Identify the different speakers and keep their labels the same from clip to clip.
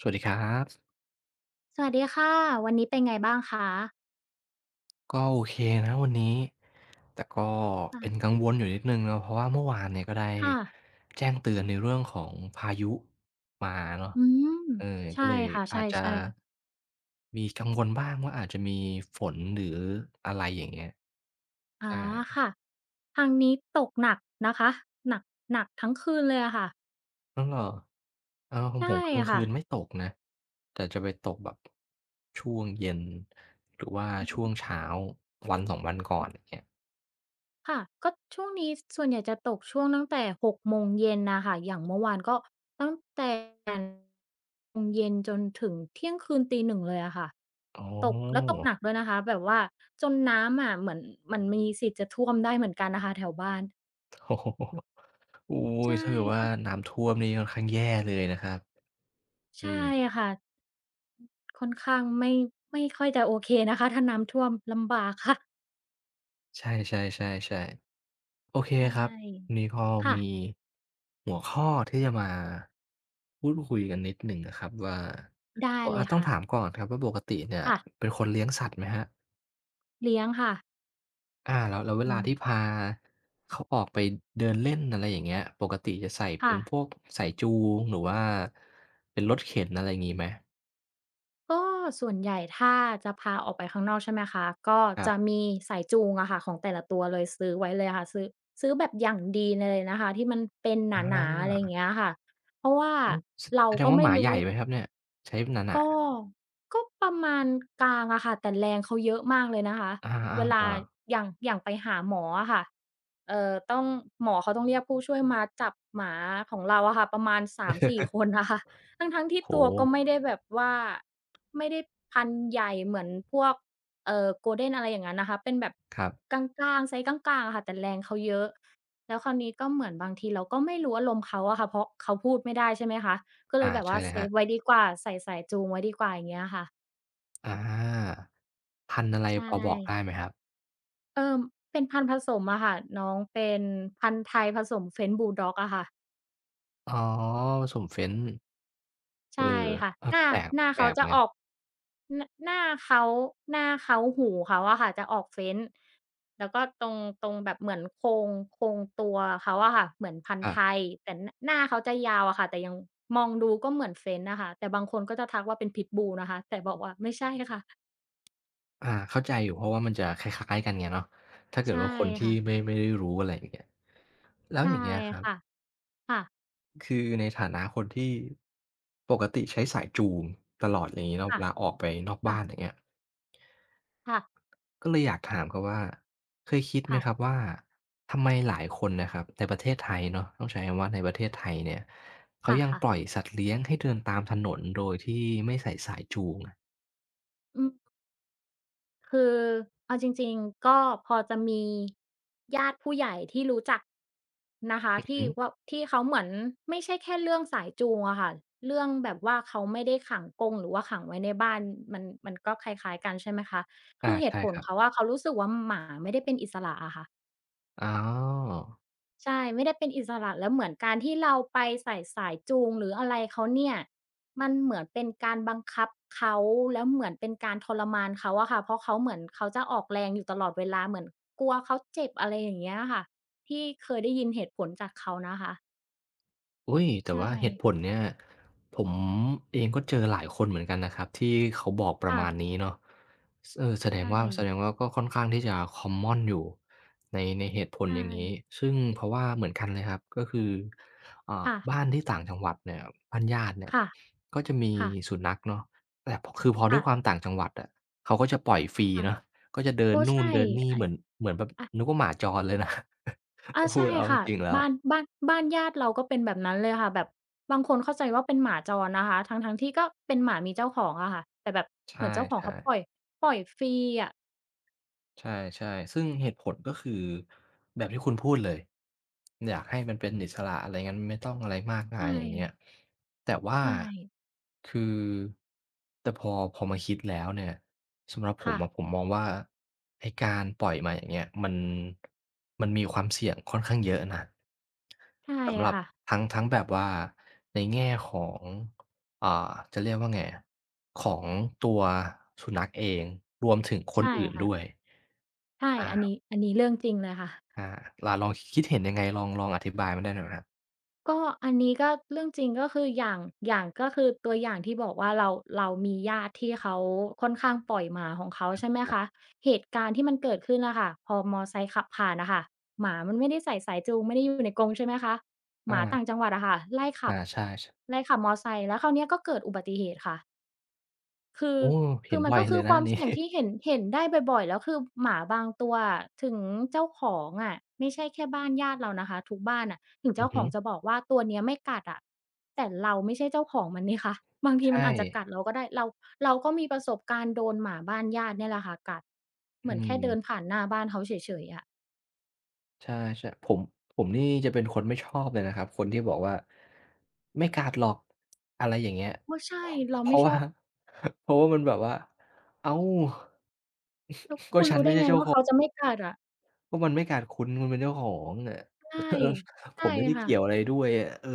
Speaker 1: สวัสดีครับ
Speaker 2: สวัสดีค่ะวันนี้เป็นไงบ้างคะ
Speaker 1: ก็โอเคนะวันนี้แต่ก็
Speaker 2: ค่ะ
Speaker 1: เป็นกังวลอยู่นิดหนึ่งเนาะเพราะว่าเมื่อวานเนี่ยก็ได้
Speaker 2: ค่ะ
Speaker 1: แจ้งเตือนในเรื่องของพายุมาเนาะ
Speaker 2: อืม
Speaker 1: เออ
Speaker 2: ใช่
Speaker 1: ก็เลย
Speaker 2: ค่ะใช
Speaker 1: อาจจะ
Speaker 2: ่ๆ
Speaker 1: มีกังวลบ้างว่าอาจจะมีฝนหรืออะไรอย่างเงี้ย
Speaker 2: อ๋อ
Speaker 1: ใช่
Speaker 2: ค่ะทางนี้ตกหนักนะคะหนักหนักทั้งคืนเลยอะค่ะ
Speaker 1: อ้าวเหรออ้าวของ
Speaker 2: ใช่
Speaker 1: ผมกลางคื
Speaker 2: ค่ะ
Speaker 1: นไม่ตกนะแต่จะไปตกแบบช่วงเย็นหรือว่า
Speaker 2: อือ
Speaker 1: ช่ว
Speaker 2: ฮึ
Speaker 1: งเช้าวัน2วันก่อนอย่างเงี้ย
Speaker 2: ค่ะก็ช่วงนี้ส่วนใหญ่จะตกช่วงตั้งแต่หกโมงเย็นน่ะค่ะอย่างเมื่อวานก็ตั้งแต่โมงเย็นจนถึงเที่ยงคืนตีหนึ่งเลยอะค่ะ
Speaker 1: อ๋
Speaker 2: ตกแล้ว
Speaker 1: อ
Speaker 2: ตกหนักด้วยนะคะแบบว่าจนน้ำอะเหมือนมันมีสิทธิ์จะท่วมได้เหมือนกันน่ะค่ะแถวบ้าน
Speaker 1: โอ้โฮอุ๊ย
Speaker 2: ใช่
Speaker 1: ถ้าเกิดว่า
Speaker 2: เขา
Speaker 1: น้ำท่วมนี่ค่อนข้างแย่เลยนะครับอื
Speaker 2: ใช่
Speaker 1: ม
Speaker 2: ค่ะค่อนข้างไม่ค่อยจะโอเคนะคะถ้าน้ำท่วมลำบากค่ะ
Speaker 1: ใช่ๆๆๆโอเค
Speaker 2: ใช
Speaker 1: ครับวั
Speaker 2: ่
Speaker 1: นนี้ก็
Speaker 2: ค่ะ
Speaker 1: มีหัวข้อที่จะมาพูดคุยกันนิดหนึ่งนะครับว่า
Speaker 2: ได้
Speaker 1: ก็
Speaker 2: เลย
Speaker 1: ต้อง
Speaker 2: ค่ะ
Speaker 1: ถามก่อนครับว่าปกติเนี่ย
Speaker 2: ค่ะ
Speaker 1: เป็นคนเลี้ยงสัตว์ไหมครับ
Speaker 2: เลี้ยงค่ะ
Speaker 1: อาแล้วแล้วเว
Speaker 2: อื
Speaker 1: ลา
Speaker 2: ม
Speaker 1: ที่พาเขาออกไปเดินเล่นอะไรอย่างเงี้ยปกติจะใส่เป็
Speaker 2: ค่ะ
Speaker 1: นพวกสายจูงหรือว่าเป็นรถเข็นอะไรงี้ไหม
Speaker 2: ก็ส่วนใหญ่ถ้าจะพาออกไปข้างนอกใช่ไหมคะก็
Speaker 1: ครั
Speaker 2: จะ
Speaker 1: บ
Speaker 2: มีสายจูงอะค่ะของแต่ละตัวเลยซื้อไว้เลยค่ะซื้อแบบอย่างดีเลยนะคะที่มันเป็น
Speaker 1: อ
Speaker 2: หนาๆอะ
Speaker 1: า
Speaker 2: ไรอย่างเงี้ยค่ะเพราะว่า
Speaker 1: โอ้
Speaker 2: เรา
Speaker 1: แสดง
Speaker 2: ก็
Speaker 1: ว่าห
Speaker 2: ไม่
Speaker 1: มาใหญ่
Speaker 2: รู้
Speaker 1: ไหมครับเนี่ยใช้หนา
Speaker 2: ก็ก็ประมาณกลางอะค่ะแต่แรงเขาเยอะมากเลยนะคะ
Speaker 1: ๆอ
Speaker 2: เวลา
Speaker 1: าๆๆ
Speaker 2: อย่างไปหาหมออะค่ะต้องหมอเขาต้องเรียกผู้ช่วยมาจับหมาของเราอะค่ะประมาณ3-4คนอะค่ะทั้งๆ ที่
Speaker 1: โอ้
Speaker 2: ตัว
Speaker 1: โฮ
Speaker 2: ก็ไม่ได้แบบว่าไม่ได้พันธุ์ใหญ่เหมือนพวกGolden อะไรอย่างงั้นนะคะเป็นแบบ
Speaker 1: ครับ
Speaker 2: กลางๆไซซ์กลางๆอะค่ะแต่แรงเขาเยอะแล้วคราวนี้ก็เหมือนบางทีเราก็ไม่รู้อารมณ์เขาอะค่ะเพราะเขาพูดไม่ได้ใช่ไหมคะ ก็เลยแบบ
Speaker 1: ใช่
Speaker 2: ว่า
Speaker 1: เล
Speaker 2: เซ
Speaker 1: ยครั
Speaker 2: ฟ
Speaker 1: บ
Speaker 2: ไว้ดีกว่าใส่สายจูงไว้ดีกว่าอย่างเงี้ยค่ะ
Speaker 1: อาพันธุ์อะไร
Speaker 2: ใช
Speaker 1: พอบอกได้
Speaker 2: ่
Speaker 1: ไหมครับ
Speaker 2: เอ่อเป็นพันธุ์ผสมอะค่ะน้องเป็นพันธุ์ไทยผสม French Bulldog อะค่ะ
Speaker 1: อ๋อผสม French เอ
Speaker 2: ใช่
Speaker 1: อ
Speaker 2: ค่ะหน้า
Speaker 1: แปลกแปล
Speaker 2: เขา
Speaker 1: กเหมื
Speaker 2: จะ
Speaker 1: อนกั
Speaker 2: อ
Speaker 1: น
Speaker 2: อกหน้าหน้าเขาหูเขาอะค่ะจะออก French แล้วก็ตรงแบบเหมือนโครงตัวเขาอะค่ะเหมือนพัน
Speaker 1: ค
Speaker 2: ธุ์
Speaker 1: รับ
Speaker 2: ไทยแต่หนาหน้าเขาจะยาวอะค่ะแต่ยังมองดูก็เหมือน French อะค่ะแต่บางคนก็จะทักว่าเป็น Pitbull นะคะแต่บอกว่าไม่ใช่ค่ะ
Speaker 1: เข้าใจอยู่เพราะว่ามันจะคล้ายๆกันไงเนาะถ้าเกิด
Speaker 2: ใช่
Speaker 1: ว่าคนที่
Speaker 2: ค่ะ
Speaker 1: ไม่ได้รู้อะไรอย่างเงี้ยแล้ว
Speaker 2: ใช่
Speaker 1: อย่างเงี้ยครั
Speaker 2: ค่ะ
Speaker 1: บ
Speaker 2: ค่ะ
Speaker 1: คือในฐานะคนที่ปกติใช้สายจูงตลอดอย่างงี้เนาะเว
Speaker 2: ค่ะ
Speaker 1: ลาออกไปนอก
Speaker 2: ค่ะ
Speaker 1: บ้านอย่างเงี้ย
Speaker 2: ค่ะ
Speaker 1: ก็เลยอยากถามครับว่าเคยคิดไหมครับ
Speaker 2: ค่ะ
Speaker 1: ว่าทำไมหลายคนนะครับในประเทศไทยเนาะต้องใช้คำว่าในประเทศไทยเนี่ยเขา
Speaker 2: ค่ะ
Speaker 1: ยังปล่อย
Speaker 2: ค่ะ
Speaker 1: สัตว์เลี้ยงให้เดินตามถนนโดยที่ไม่ใส่สายจูงอะ
Speaker 2: อืมคือเอาจริงๆก็พอจะมีญาติผู้ใหญ่ที่รู้จักนะคะ
Speaker 1: อือ
Speaker 2: ที่
Speaker 1: ฮึ
Speaker 2: ว่าที่เขาเหมือนไม่ใช่แค่เรื่องสายจูงอะค่ะ เรื่องแบบว่าเขาไม่ได้ขังกรงหรือว่าขังไว้ในบ้านมันก็คล้ายๆกันใช่ไหมคะ คือเหตุ
Speaker 1: ใช่
Speaker 2: ผ
Speaker 1: ค
Speaker 2: ล
Speaker 1: รั
Speaker 2: เขา
Speaker 1: บ
Speaker 2: อะเขารู้สึกว่าหมาไม่ได้เป็นอิสระอะค่ะ
Speaker 1: อ๋อ
Speaker 2: ใช่ไม่ได้เป็นอิสระแล้วเหมือนการที่เราไปใส่สายจูงหรืออะไรเขาเนี่ยมันเหมือนเป็นการบังคับเขาแล้วเหมือนเป็นการทรมานเขาอะค่ะเพราะเขาเหมือนเขาจะออกแรงอยู่ตลอดเวลาเหมือนกลัวเขาเจ็บอะไรอย่างเงี้ยค่ะที่เคยได้ยินเหตุผลจากเขานะคะ
Speaker 1: อุ๊ยแต่
Speaker 2: ใช่
Speaker 1: ว่าเหตุผลเนี่ยผมเองก็เจอหลายคนเหมือนกันนะครับที่เขาบอกประ
Speaker 2: ค่ะ
Speaker 1: มาณนี้เนาะสเออแสดง
Speaker 2: ใช่
Speaker 1: ว่าแสดงว่าก็ค่อนข้างที่จะคอมมอนอยู่ในเหตุผล
Speaker 2: ใช่
Speaker 1: อย่างงี้ซึ่งเพราะว่าเหมือนกันเลยครับก็คือบ้า
Speaker 2: ค่ะ
Speaker 1: นที่ต่างจังหวัดเนี่ยบ้านญาติเนี่ย
Speaker 2: ค่ะ
Speaker 1: ก็จะมี
Speaker 2: ค่ะ
Speaker 1: สุนัขเนาะแต่พคือพอด้ว
Speaker 2: ค่ะ
Speaker 1: ยความต่างจังหวัดอะเขาก็จะปล่อยฟรี
Speaker 2: ค่ะ
Speaker 1: เนาะก็จะเดิน
Speaker 2: โอ้
Speaker 1: นู่น
Speaker 2: ใช่
Speaker 1: เดินนี่
Speaker 2: ไอ้
Speaker 1: เหมือนแบบ
Speaker 2: อะ
Speaker 1: นึกว่าหมาจรเลยนะ
Speaker 2: อา
Speaker 1: พูด
Speaker 2: ใช่
Speaker 1: เอาจ
Speaker 2: ค่ะ
Speaker 1: ริงๆแล้ว
Speaker 2: บ้านบ้านญาติเราก็เป็นแบบนั้นเลยค่ะแบบบางคนเข้าใจว่าเป็นหมาจรนะคะทั้งๆที่ก็เป็นหมามีเจ้าของอะค่ะแต่แบบเห
Speaker 1: ใช่
Speaker 2: มือนเจ้าของเขาปล่อย
Speaker 1: ๆ
Speaker 2: ฟรีอะ
Speaker 1: ใช่ๆซึ่งเหตุผลก็คือแบบที่คุณพูดเลยอยากให้มันเป็นอิสระอะไรงั้นไม่ต้องอะไรมากมาย
Speaker 2: ใช่
Speaker 1: อย่างเงี้ยแต่ว่า
Speaker 2: ใช่
Speaker 1: คือแต่พอมาคิดแล้วเนี่ยสำหรับผม
Speaker 2: ค่ะ
Speaker 1: อะผมมองว่าไอ้การปล่อยมาอย่างเงี้ยมันมีความเสี่ยงค่อนข้างเยอะนะ
Speaker 2: ใช่
Speaker 1: สำหรับ
Speaker 2: ค่ะ
Speaker 1: ทั้งแบบว่าในแง่ของอ่าจะเรียกว่าไงอะของตัวสุนัขเองรวมถึงคน
Speaker 2: ใช่
Speaker 1: อื่น
Speaker 2: ค่ะ
Speaker 1: ด้วย
Speaker 2: ใช่
Speaker 1: อา
Speaker 2: อันนี้เรื่องจริงเลยค่ะ
Speaker 1: อาล่ะลองคิดเห็นยังไงลองอธิบายมันได้หน่อยไหมครับ
Speaker 2: ก็อันนี้ก็เรื่องจริงก็คืออย่างอย่างก็คือตัวอย่างที่บอกว่าเรามีญาติที่เขาค่อนข้างปล่อยหมาของเขาใช่ไหม
Speaker 1: ครั
Speaker 2: คะ
Speaker 1: บ
Speaker 2: เหตุการณ์ที่มันเกิดขึ้นอะค่ะพอมอไซค์ขับผ่านน่ะค่ะหมามันไม่ได้ใส่สายจูงไม่ได้อยู่ในกรงใช่ไหมคะห
Speaker 1: อา
Speaker 2: มาต่างจังหวัดอะค่ะไล่ขับ
Speaker 1: อาใช่ๆ
Speaker 2: ไล่ขับมอไซค์แล้วคราวเนี้ยก็เกิดอุบัติเหตุค่ะ คือ
Speaker 1: โอ้เห็
Speaker 2: คื
Speaker 1: น
Speaker 2: อมัน
Speaker 1: บ่อย
Speaker 2: ก็
Speaker 1: เล
Speaker 2: คือ
Speaker 1: ย
Speaker 2: ค
Speaker 1: นะ
Speaker 2: วา
Speaker 1: อั
Speaker 2: ม
Speaker 1: นนี้
Speaker 2: เสี่ยงที่เห็นได้บ่อยๆแล้วคือหมาบางตัวอะถึงเจ้าของอะไม่ใช่แค่บ้านญาติเรานะคะทุกบ้านน่ะถึง
Speaker 1: อือ
Speaker 2: เจ้าข
Speaker 1: ฮึ
Speaker 2: อง จะบอกว่าตัวเนี้ยไม่กัดอะแต่เราไม่ใช่เจ้าของมันนี่คะบางทีมัน
Speaker 1: ใช่
Speaker 2: อาจจะกัดเราก็ได้เราก็มีประสบการณ์โดนหมาบ้านญาติเนี่ยแหละค่ะกัดเห
Speaker 1: อื
Speaker 2: มือนแค่เดิ
Speaker 1: ม
Speaker 2: นผ่านหน้าบ้านเขาเฉยๆอะ
Speaker 1: ใช่ๆผมนี่จะเป็นคนไม่ชอบเลยนะครับคนที่บอกว่าไม่กัดหรอกอะไรอย่างเงี้ย
Speaker 2: ก็ใช่เรา
Speaker 1: เพ
Speaker 2: ไม่
Speaker 1: ราะ
Speaker 2: ช
Speaker 1: ว่า
Speaker 2: อบ
Speaker 1: เพราะว่ามันแบบว่าอ้า ว
Speaker 2: แล้วคุณรู้ได้ไงว่าเขาจะไม่กัดอะ
Speaker 1: ก็มันไม่กัดคุณคุณเป็นเจ้าของอะ
Speaker 2: ใช่
Speaker 1: เออผ
Speaker 2: ใช่
Speaker 1: มไม่ได้เกี่ยวอะ
Speaker 2: ค่ะ
Speaker 1: ไรด้วยอะเออ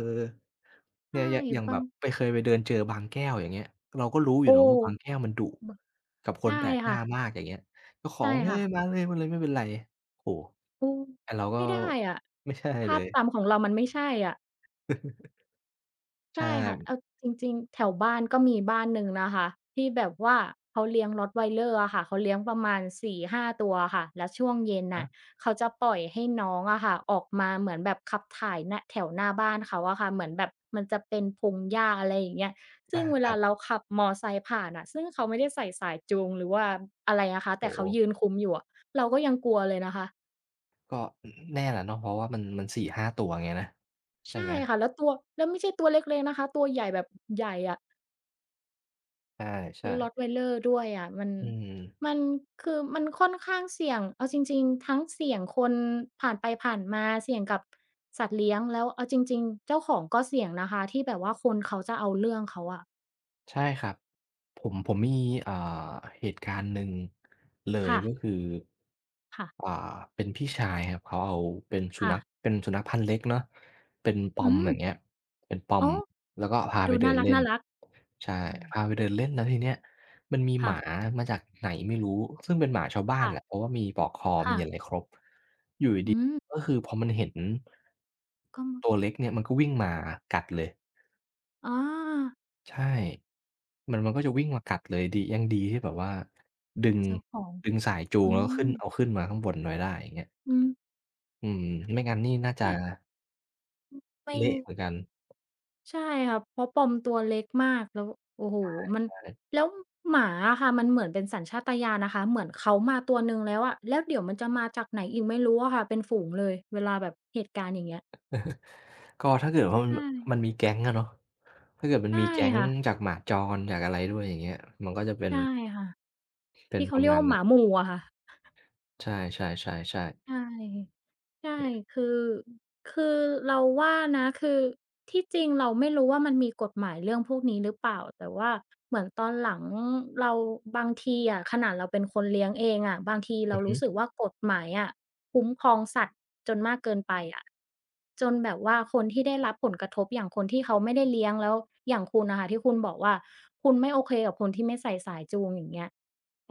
Speaker 1: เนี่
Speaker 2: ใช่
Speaker 1: ยอย่าง
Speaker 2: บา
Speaker 1: แบ
Speaker 2: ง
Speaker 1: บไปเคยไปเดินเจอบางแก้วอย่างเงี้ยเราก็รู้อยู่
Speaker 2: โอ้
Speaker 1: เนาะว่าบางแก้วมันดุ
Speaker 2: บ
Speaker 1: กับคน
Speaker 2: ใช่
Speaker 1: แปลกหน้า
Speaker 2: ค่ะ
Speaker 1: มากอย่างเงี้ยเจ้าขอ
Speaker 2: ใช่
Speaker 1: งเฮ้
Speaker 2: ค่ะ
Speaker 1: ยมาเลยมาเลยไม่เป็นไรโอ้โฮ
Speaker 2: เออ
Speaker 1: แต่เราก็
Speaker 2: ไม่ได้อะ
Speaker 1: ไม่ใช่เล
Speaker 2: ภาพ
Speaker 1: ย
Speaker 2: จำของเรามันไม่ใช่อะ
Speaker 1: ใช่
Speaker 2: ใช่ค่ะเอาจริงๆแถวบ้านก็มีบ้านหนึ่งนะคะที่แบบว่าเขาเลี้ยง Rottweiler อะค่ะเขาเลี้ยงประมาณ4-5ตัวอะค่ะแล้วช่วงเย็น
Speaker 1: ฮะ
Speaker 2: น่ะเขาจะปล่อยให้น้องอะค่ะออกมาเหมือนแบบขับถ่ายหน้าแถวหน้าบ้านเขาอะค่ะเหมือนแบบมันจะเป็นพงหญ้าอะไรอย่างเงี้ยซึ่งเว
Speaker 1: ครั
Speaker 2: ลา
Speaker 1: บ
Speaker 2: เราขับมอไซค์ผ่านน่ะซึ่งเขาไม่ได้ใส่สายจูงหรือว่าอะไรนะคะแต่
Speaker 1: โอ้โฮ
Speaker 2: เขายืนคุมอยู่อะเราก็ยังกลัวเลยนะคะ
Speaker 1: ก็อืมแน่แหละเนาะเพราะว่ามัน4-5ตัวไงนะใช่
Speaker 2: ใช่
Speaker 1: ไหม
Speaker 2: ค่ะแล้วตัวแล้วไม่ใช่ตัวเล็กๆนะคะตัวใหญ่แบบใหญ่อะ
Speaker 1: ใ
Speaker 2: แล้
Speaker 1: ช่
Speaker 2: ว
Speaker 1: ๆ
Speaker 2: Rottweiler ด้วยอะมัน
Speaker 1: อืม
Speaker 2: มันคือมันค่อนข้างเสี่ยงเอาจริงๆทั้งเสี่ยงคนผ่านไปผ่านมาเสี่ยงกับสัตว์เลี้ยงแล้วเอาจริงๆเจ้าของก็เสี่ยงนะคะที่แบบว่าคนเขาจะเอาเรื่องเขาอะ
Speaker 1: ใช่ครับ ผมมีอ่าเหตุการณ์หนึ่งเลย
Speaker 2: ค่ะ
Speaker 1: ก็คืออ่า
Speaker 2: ค่ะ
Speaker 1: เป็นพี่ชายครับเขาเอาเป็นสุ
Speaker 2: ค่ะ
Speaker 1: นัขเป็นสุนัขพันธุ์เล็กเนาะเป็นป
Speaker 2: อื
Speaker 1: อม
Speaker 2: ม
Speaker 1: อย่างเงี้ยเป็นปอม
Speaker 2: อ๋อ
Speaker 1: แล้วก็พาไป
Speaker 2: ดู
Speaker 1: เดิ
Speaker 2: น่า
Speaker 1: นเล่น
Speaker 2: รัก
Speaker 1: ใช่
Speaker 2: ๆอา
Speaker 1: พาไปเดินเล่นแล้วทีเนี้ยมันมีห
Speaker 2: ค่ะ
Speaker 1: มามาจากไหนไม่รู้ซึ่งเป็นหมาชาวบ้าน
Speaker 2: ค่ะ
Speaker 1: แหละเพราะว่ามีปลอกคอมี
Speaker 2: ค่ะ
Speaker 1: อะไรครบอยู่
Speaker 2: อื
Speaker 1: ดี
Speaker 2: ม
Speaker 1: ๆก็คือพอมันเห็น
Speaker 2: ก็ม
Speaker 1: ตัวเล็กเนี่ยมันก็วิ่งมากัดเลย
Speaker 2: อา
Speaker 1: ใช่มันก็จะวิ่งมากัดเลยดียังดีที่แบบว่าดึง
Speaker 2: เจ้าของ
Speaker 1: ดึงสายจูง
Speaker 2: อื
Speaker 1: แล้วก็ขึ้
Speaker 2: ม
Speaker 1: นเอาขึ้นมาข้างบนไว้ได้อย่างเงี้ย
Speaker 2: อืม
Speaker 1: อืมไม่งั้นนี่น่าจะ
Speaker 2: เนี่ยไม่
Speaker 1: เละเหมือนกัน
Speaker 2: ใช่ค่ะเพราะปอมตัวเล็กมากแล้วโอ้โฮมัน
Speaker 1: ใช่
Speaker 2: แล้วหมาอะค่ะมันเหมือนเป็นสัญชาตญาณนะคะเหมือนเขามาตัวหนึ่งแล้วอะแล้วเดี๋ยวมันจะมาจากไหนอีกไม่รู้อะค่ะเป็นฝูงเลยเวลาแบบเหตุการณ์อย่างเงี้ย
Speaker 1: ก็ถ้าเกิดว่ามัน
Speaker 2: ใช่
Speaker 1: มันมีแก๊งอะเนาะถ้าเกิดมัน
Speaker 2: ใช่
Speaker 1: มีแก๊ง
Speaker 2: ค่ะ
Speaker 1: จากหมาจรจากอะไรด้วยอย่างเงี้ยมันก็จะเป็น
Speaker 2: ใช่ค่ะ
Speaker 1: เป็น
Speaker 2: ที่
Speaker 1: ป
Speaker 2: เขา
Speaker 1: ระ
Speaker 2: เรียก
Speaker 1: มาณ
Speaker 2: ว่าห
Speaker 1: นั้
Speaker 2: มา
Speaker 1: น
Speaker 2: หมู่อะค่ะ
Speaker 1: ใช่ๆๆ
Speaker 2: ใช่ ใช่คือ คือ เราว่านะคือ ที่จริงเราไม่รู้ว่ามันมีกฎหมายเรื่องพวกนี้หรือเปล่าแต่ว่าเหมือนตอนหลังเราบางทีอะขนาดเราเป็นคนเลี้ยงเองอะบางที
Speaker 1: ๆอื
Speaker 2: เรา
Speaker 1: อฮึ
Speaker 2: รู้สึกว่ากฎหมายอะคุ้มครองสัตว์จนมากเกินไปอะจนแบบว่าคนที่ได้รับผลกระทบอย่างคนที่เขาไม่ได้เลี้ยงแล้วอย่างคุณน่ะค่ะที่คุณบอกว่าคุณไม่โอเคกับคนที่ไม่ใส่สายจูงอย่างเงี้ย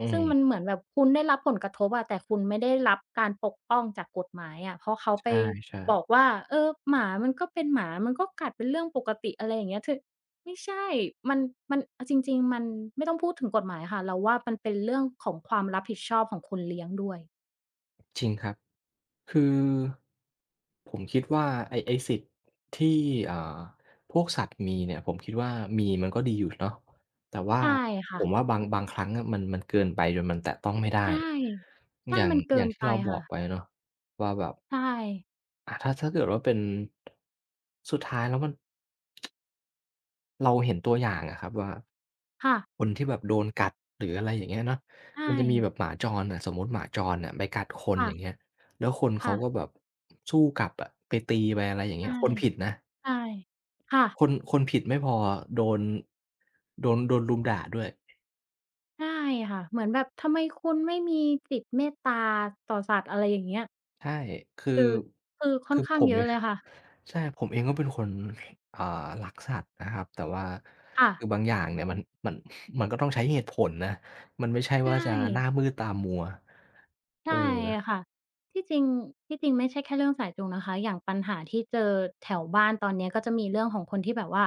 Speaker 1: อื
Speaker 2: ซึ่งมัน
Speaker 1: ม
Speaker 2: เหมือนแบบคุณได้รับผลกระทบอะแต่คุณไม่ได้รับการปกป้องจากกฎหมายอะเพราะเขา
Speaker 1: ใ
Speaker 2: ไป
Speaker 1: ช่
Speaker 2: บอก
Speaker 1: ๆ
Speaker 2: ว่าเออหมามันก็เป็นหมามันก็กัดเป็นเรื่องปกติอะไรอย่างเงี้ยคือไม่ใช่มันมันเอาจริงๆมันไม่ต้องพูดถึงกฎหมายค่ะเราว่ามันเป็นเรื่องของความรับผิดชอบของคนเลี้ยงด้วย
Speaker 1: จริงครับคือผมคิดว่าไอ้สิทธิ์ที่อ่าพวกสัตว์มีเนี่ยผมคิดว่ามีมันก็ดีอยู่เนาะแต่ว่า
Speaker 2: ใช่
Speaker 1: ผ
Speaker 2: ค่ะ
Speaker 1: มว่าบางครั้งอะมันเกินไปจนมันแตะต้องไม่ได้
Speaker 2: ใช่ใช่
Speaker 1: อย่าง
Speaker 2: มันเกิน
Speaker 1: ที่
Speaker 2: ไป
Speaker 1: เราบอ
Speaker 2: ค่ะ
Speaker 1: กไปเนาะว่าแบบ
Speaker 2: ใช่
Speaker 1: ถ้าเกิดว่าเป็นสุดท้ายแล้วมัน เราเห็นตัวอย่างอะครับว่า
Speaker 2: ค่ะ
Speaker 1: คนที่แบบโดนกัดหรืออะไรอย่างเงี้ยเนาะ
Speaker 2: ใช่
Speaker 1: มันจะมีแบบหมาจรอะสมมุติหมาจรน่ะไปกัดคนอย่าง
Speaker 2: ค่ะ
Speaker 1: เงี้ยแล้วคนเขาก็
Speaker 2: ค่ะ
Speaker 1: แบบสู้กลับอะไปตีไปอะไรอย่างเงี้
Speaker 2: ใช่
Speaker 1: ยคนผิดนะ
Speaker 2: ใช่ค่ะ
Speaker 1: คนผิดไม่พอโดนโดนรุมด่าด้วย
Speaker 2: ใช่ค่ะเหมือนแบบทำไมคุณไม่มีจิตเมตตาต่อสัตว์อะไรอย่างเงี้ย
Speaker 1: ใช่คือ
Speaker 2: คือคือค่อน
Speaker 1: ผ
Speaker 2: ข้าง
Speaker 1: ม
Speaker 2: เย
Speaker 1: เอ
Speaker 2: อะ
Speaker 1: ง
Speaker 2: เลยค่ะ
Speaker 1: ใช่ผมเองก็เป็นคนอ่ารักสัตว์นะครับแต่ว่า
Speaker 2: ค่ะ
Speaker 1: คือบางอย่างเนี่ยมันมันก็ต้องใช้เหตุผลนะมันไม่ใช่ว่า
Speaker 2: ใช่
Speaker 1: จะหน้ามืดตามัว เ
Speaker 2: ใช่
Speaker 1: ออ
Speaker 2: ค่ะที่จริงที่จริงไม่ใช่แค่เรื่องสายจูงนะคะอย่างปัญหาที่เจอแถวบ้านตอนเนี้ยก็จะมีเรื่องของคนที่แบบว่า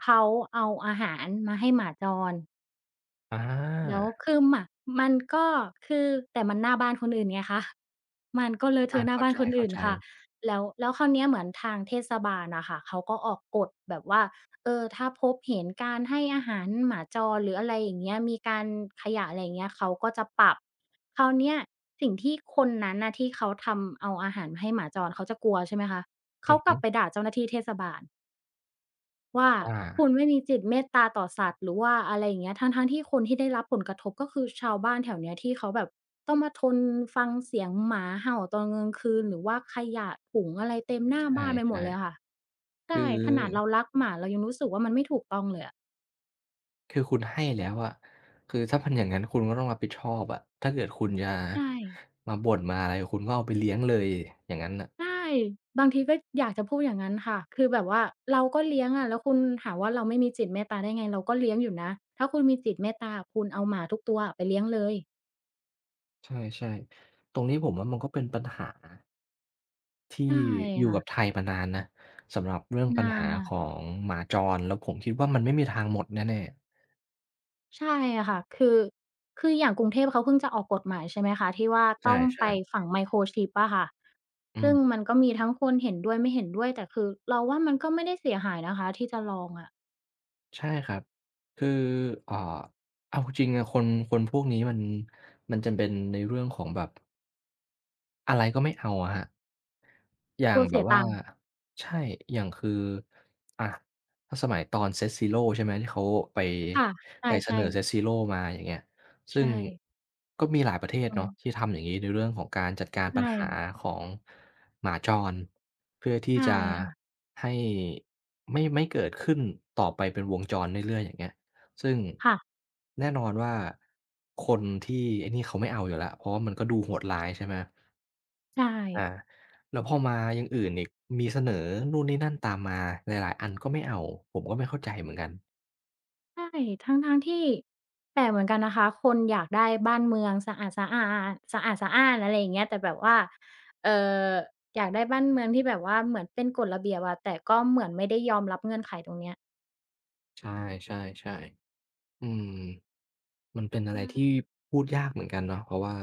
Speaker 2: เขาเอาอาหารมาให้หมาจร
Speaker 1: อ
Speaker 2: แล้
Speaker 1: า
Speaker 2: วคือหมามันก็คือแต่มันหน้าบ้านคนอื่นไงคะ มันก็เลอะเท
Speaker 1: อา
Speaker 2: อะหน้า
Speaker 1: เข้า
Speaker 2: บ้านคนอื่น
Speaker 1: ใจ
Speaker 2: ค่ะ
Speaker 1: ๆ
Speaker 2: แล้วคราวเนี้ยเหมือนทางเทศบาลน่ะค่ะเขาก็ออกกฎแบบว่าเออถ้าพบเห็นการให้อาหารหมาจรหรืออะไรอย่างเงี้ยมีการขยะอะไรอย่างเงี้ยเขาก็จะปรับคราวเนี้ยสิ่งที่คนนั้นน่ะที่เขาทำเอาอาหารมาให้หมาจรเขาจะกลัวใช่ไหมคะ
Speaker 1: อื
Speaker 2: เขา
Speaker 1: อ
Speaker 2: ก
Speaker 1: ฮึ
Speaker 2: ลับไปด่าเจ้าหน้าที่เทศบาล ว่าคุณ
Speaker 1: อา
Speaker 2: ไม่มีจิตเมตตาต่อสัตว์หรือว่าอะไรอย่างเงี้ยทั้งๆที่คนที่ได้รับผลกระทบก็คือชาวบ้านแถวเนี้ยที่เขาแบบต้องมาทนฟังเสียงหมาเห่าตอนกลางคืนหรือว่าขยะถุงอะไรเต็มห
Speaker 1: ใ
Speaker 2: น้าบ้านไปหม
Speaker 1: ช่
Speaker 2: ดเลยอะค่ะ
Speaker 1: ๆคือ
Speaker 2: ใช่ขนาดเรารักหมาเรายังรู้สึกว่ามันไม่ถูกต้องเลยอะ
Speaker 1: คุณให้แล้วอะคือถ้ามันอย่างงั้นคุณก็ต้องรับผิดชอบอะถ้าเกิดคุณจะ
Speaker 2: ใช่
Speaker 1: มาบ่นมาอะไร คุณก็เอาไปเลี้ยงเลยอย่างงั้นน่ะ
Speaker 2: ใช่บางทีก็อยากจะพูดอย่างงั้นค่ะคือแบบว่าเราก็เลี้ยงอะแล้วคุณหาว่าเราไม่มีจิตเมตตาได้ไงเราก็เลี้ยงอยู่นะถ้าคุณมีจิตเมตตาคุณเอาหมาทุกตัวอะไปเลี้ยงเลย
Speaker 1: ใช่ๆตรงนี้ผมว่ามันก็เป็นปัญหาที่
Speaker 2: ใช่
Speaker 1: อยู่
Speaker 2: ค่ะ
Speaker 1: กับไทยมานานนะสำหรับเรื่องปัญ
Speaker 2: นาน
Speaker 1: หา
Speaker 2: ค่ะ
Speaker 1: ของหมาจร แล้วผมคิดว่ามันไม่มีทางหมดแน่ๆ
Speaker 2: ใช่อะค่ะ คือ คือ อย่างกรุงเทพเขาเพิ่งจะออกกฎหมายใช่ไหมคะที่ว่า
Speaker 1: ใช
Speaker 2: ต้องไป
Speaker 1: ่ๆ
Speaker 2: ฝัง Microchip อะค่ะ
Speaker 1: อื
Speaker 2: ซึ่ง
Speaker 1: ม
Speaker 2: มันก็มีทั้งคนเห็นด้วยไม่เห็นด้วยแต่คือเราว่ามันก็ไม่ได้เสียหายนะคะที่จะลองอะ
Speaker 1: ใช่ครับ คืออ่าเอาจริงๆอะคนพวกนี้มันจะเป็นในเรื่องของแบบอะไรก็ไม่เอาอะครับ อย่า
Speaker 2: ก
Speaker 1: ง
Speaker 2: ลัว
Speaker 1: แบ
Speaker 2: เสี
Speaker 1: บ
Speaker 2: ย
Speaker 1: ว่า
Speaker 2: ตังค์
Speaker 1: ใช่อย่างคืออะถ้าสมัยตอน Set Zero ใช่ไหมที่เขาไป
Speaker 2: ค่ะ ใ
Speaker 1: เส
Speaker 2: ช่
Speaker 1: นอ Set
Speaker 2: ๆ
Speaker 1: Zero มาอย่างเงี้ยซึ่
Speaker 2: ใช่
Speaker 1: งก็มีหลายประเทศ
Speaker 2: เอ
Speaker 1: เนาะ
Speaker 2: อ
Speaker 1: ที่ทำอย่างงี้ในเรื่องของการจัดการปัญ
Speaker 2: ใช่
Speaker 1: หาของหมาจรเพื่อที่
Speaker 2: ใช่
Speaker 1: จะ
Speaker 2: ค่ะ
Speaker 1: ให้ไม่เกิดขึ้นต่อไปเป็นวงจรเรื่อยๆอย่างเงี้ยซึ่ง
Speaker 2: ค่ะ
Speaker 1: แน่นอนว่าคนที่ไอ้นี่เขาไม่เอาอยู่แล้วเพราะว่ามันก็ดูโหดร้ายใช่ไหม
Speaker 2: ใช่
Speaker 1: อาแล้วพอมาอย่างอื่นอีกมีเสนอนู่นนี่นั่นตามมาหลายๆอันก็ไม่เอาผมก็ไม่เข้าใจเหมือนกัน
Speaker 2: ใช่ทั้งๆที่แปลกเหมือนกันนะคะคนอยากได้บ้านเมืองสะอาดสะอาดสะอาดสะอาอะไรอย่างเงี้ยแต่แบบว่าเอ่ออยากได้บ้านเมืองที่แบบว่าเหมือนเป็นกฎระเบียบอะแต่ก็เหมือนไม่ได้ยอมรับเงื่อนไขตรงเนี้ย
Speaker 1: ใช่ๆๆอืมมันเป็นอะไรที่พูดยากเหมือนกันเนาะเพราะว่า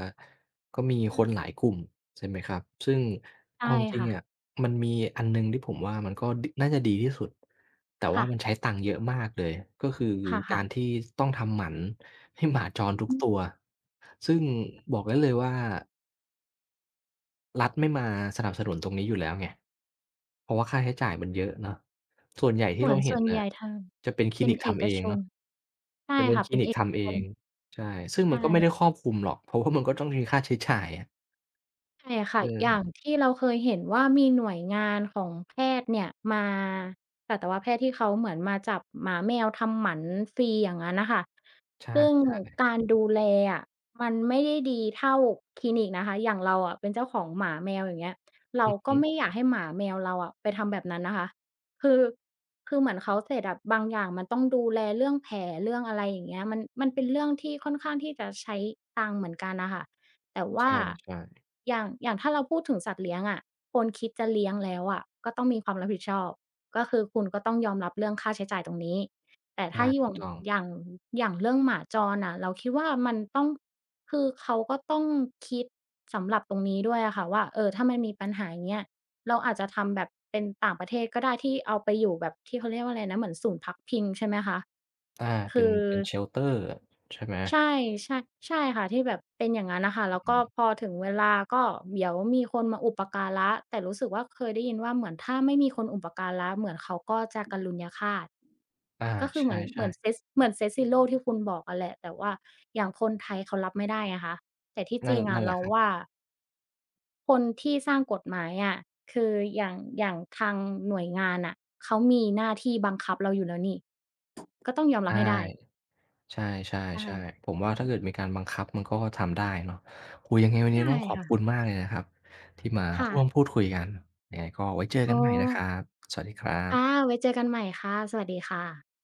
Speaker 1: ก็มีคนหลา
Speaker 2: ใช่
Speaker 1: ยกลุ่มใช่ไหมครับซึ่ง
Speaker 2: ๆ
Speaker 1: เอา
Speaker 2: ใช่
Speaker 1: จริง
Speaker 2: ค่ะ
Speaker 1: ๆอะมันมีอันหนึ่งที่ผมว่ามันก็ดน่าจะดีที่สุดแต่ว่า
Speaker 2: ค่ะ
Speaker 1: มันใช้ตังค์เยอะมากเลยก็คือ
Speaker 2: ค
Speaker 1: กา
Speaker 2: ่ะ
Speaker 1: รที่ต้องทำหมันให้หมาจรทุ
Speaker 2: ๆ
Speaker 1: ก
Speaker 2: อืม
Speaker 1: ตัวซึ่งบอกได้เลยว่า รัฐไม่มาสนับสนุนตรงนี้อยู่แล้วไงเพราะว่าค่าใช้จ่ายมันเยอะเนาะส่วนใหญ่
Speaker 2: เห
Speaker 1: ที่
Speaker 2: มื
Speaker 1: เรา
Speaker 2: อน
Speaker 1: เห็
Speaker 2: ส่
Speaker 1: น
Speaker 2: วนให
Speaker 1: น่ะ
Speaker 2: ญ่ทาง
Speaker 1: จะเป็นคลิ
Speaker 2: เป็น
Speaker 1: นิก
Speaker 2: เอ
Speaker 1: ทำ
Speaker 2: ก
Speaker 1: เอง
Speaker 2: ชน
Speaker 1: เนาะ
Speaker 2: ใช่
Speaker 1: จะเป็น
Speaker 2: ค่ะ
Speaker 1: คลิ
Speaker 2: เป็น
Speaker 1: นิก
Speaker 2: เอก
Speaker 1: ทำเอ
Speaker 2: ชน
Speaker 1: งใช่ซึ่ง
Speaker 2: ใช
Speaker 1: มันก็ไม่ได้
Speaker 2: ่
Speaker 1: ครอบคลุมหรอก เพราะว่ามันก็ต้องมีค่าใช้จ่ายอะ
Speaker 2: ใช่ค่ะอย่าง
Speaker 1: เออ
Speaker 2: ที่เราเคยเห็นว่ามีหน่วยงานของแพทย์เนี่ยมาสัตวแพทย์ที่เขาเหมือนมาจับหมาแมวทำหมันฟรีอย่างงั้นน่ะค่ะ
Speaker 1: ใช
Speaker 2: ซึ่ง
Speaker 1: ่ๆ
Speaker 2: การดูแลอะมันไม่ได้ดีเท่าคลินิกนะคะอย่างเราอะเป็นเจ้าของหมาแมวอย่างเงี้ยเรา
Speaker 1: อือ
Speaker 2: ก็
Speaker 1: ฮึ
Speaker 2: ไม่อยากให้หมาแมวเราอะไปทำแบบนั้นนะคะคือคือเหมือนเขาเสร็จอะบางอย่างมันต้องดูแลเรื่องแผลเรื่องอะไรอย่างเงี้ยมันเป็นเรื่องที่ค่อนข้างที่จะใช้ตังค์เหมือนกันน่ะค่ะ แต่
Speaker 1: ใช
Speaker 2: ว่า
Speaker 1: ่
Speaker 2: อย่างถ้าเราพูดถึงสัตว์เลี้ยงอะะคนคิดจะเลี้ยงแล้วอะะก็ต้องมีความรับผิดชอบก็คือคุณก็ต้องยอมรับเรื่องค่าใช้จ่ายตรงนี้แต่
Speaker 1: ๆ
Speaker 2: ถ้า
Speaker 1: อาถูกต้อง
Speaker 2: อย่างอย่างเรื่องหมาจรน่ะเราคิดว่ามันต้องคือเขาก็ต้องคิดสำหรับตรงนี้ด้วยอะค่ะว่าเออถ้ามันมีปัญหาอย่างเงี้ยเราอาจจะทำแบบเป็นต่างประเทศก็ได้ที่เอาไปอยู่แบบที่เขาเรียกว่าอะไรนะเหมือนศูนย์พักพิงใช่ไหมคะ
Speaker 1: อาเป็
Speaker 2: คื
Speaker 1: น
Speaker 2: อ
Speaker 1: เป็น shelter ใช่ไหม
Speaker 2: ใช่ใช่ใช่ค่ะที่แบบเป็นอย่างงั้นน่ะค่ะแล้ว
Speaker 1: อื
Speaker 2: ก็
Speaker 1: ม
Speaker 2: พอถึงเวลาก็เดี๋ยวมีคนมาอุปการะแต่รู้สึกว่าเคยได้ยินว่าเหมือนถ้าไม่มีคนอุปการะเหมือนเขาก็จะกัลลุญฆาต
Speaker 1: อา
Speaker 2: ก็คือ
Speaker 1: ใช
Speaker 2: เหมือนเหมือนเซ
Speaker 1: ่
Speaker 2: ตเหมือนเซต0ที่คุณบอกอะแหละแต่ว่าอย่างคนไทยเขารับไม่ได้ไงคะแต่ที่
Speaker 1: ๆ
Speaker 2: จ
Speaker 1: นั่น
Speaker 2: ริงอะ
Speaker 1: แหละ
Speaker 2: เรา
Speaker 1: ครับ
Speaker 2: ว่าคนที่สร้างกฎหมายอะคืออย่างทางหน่วยงานน่ะเขามีหน้าที่บังคับเราอยู่แล้วนี่ก็ต้องยอมรั
Speaker 1: ใช่
Speaker 2: บให้ได้
Speaker 1: ใ
Speaker 2: ใช่
Speaker 1: ช่ๆๆผมว่าถ้าเกิดมีการบังคับมันก็ทำได้เนาะโอ้โฮยังไงวันนี้
Speaker 2: ใช่
Speaker 1: ต้องขอบ
Speaker 2: ค่ะ
Speaker 1: คุณมากเลยนะครับที่มา
Speaker 2: ค่ะ
Speaker 1: ร่วมพูดคุยกันยังไงก็ไว้เจอกัน
Speaker 2: โอ้
Speaker 1: ใหม่นะครับสวัสดีครั
Speaker 2: ค่ะ
Speaker 1: บ
Speaker 2: ไว้เจอกันใหม่ค่ะสวัสดีค่ะ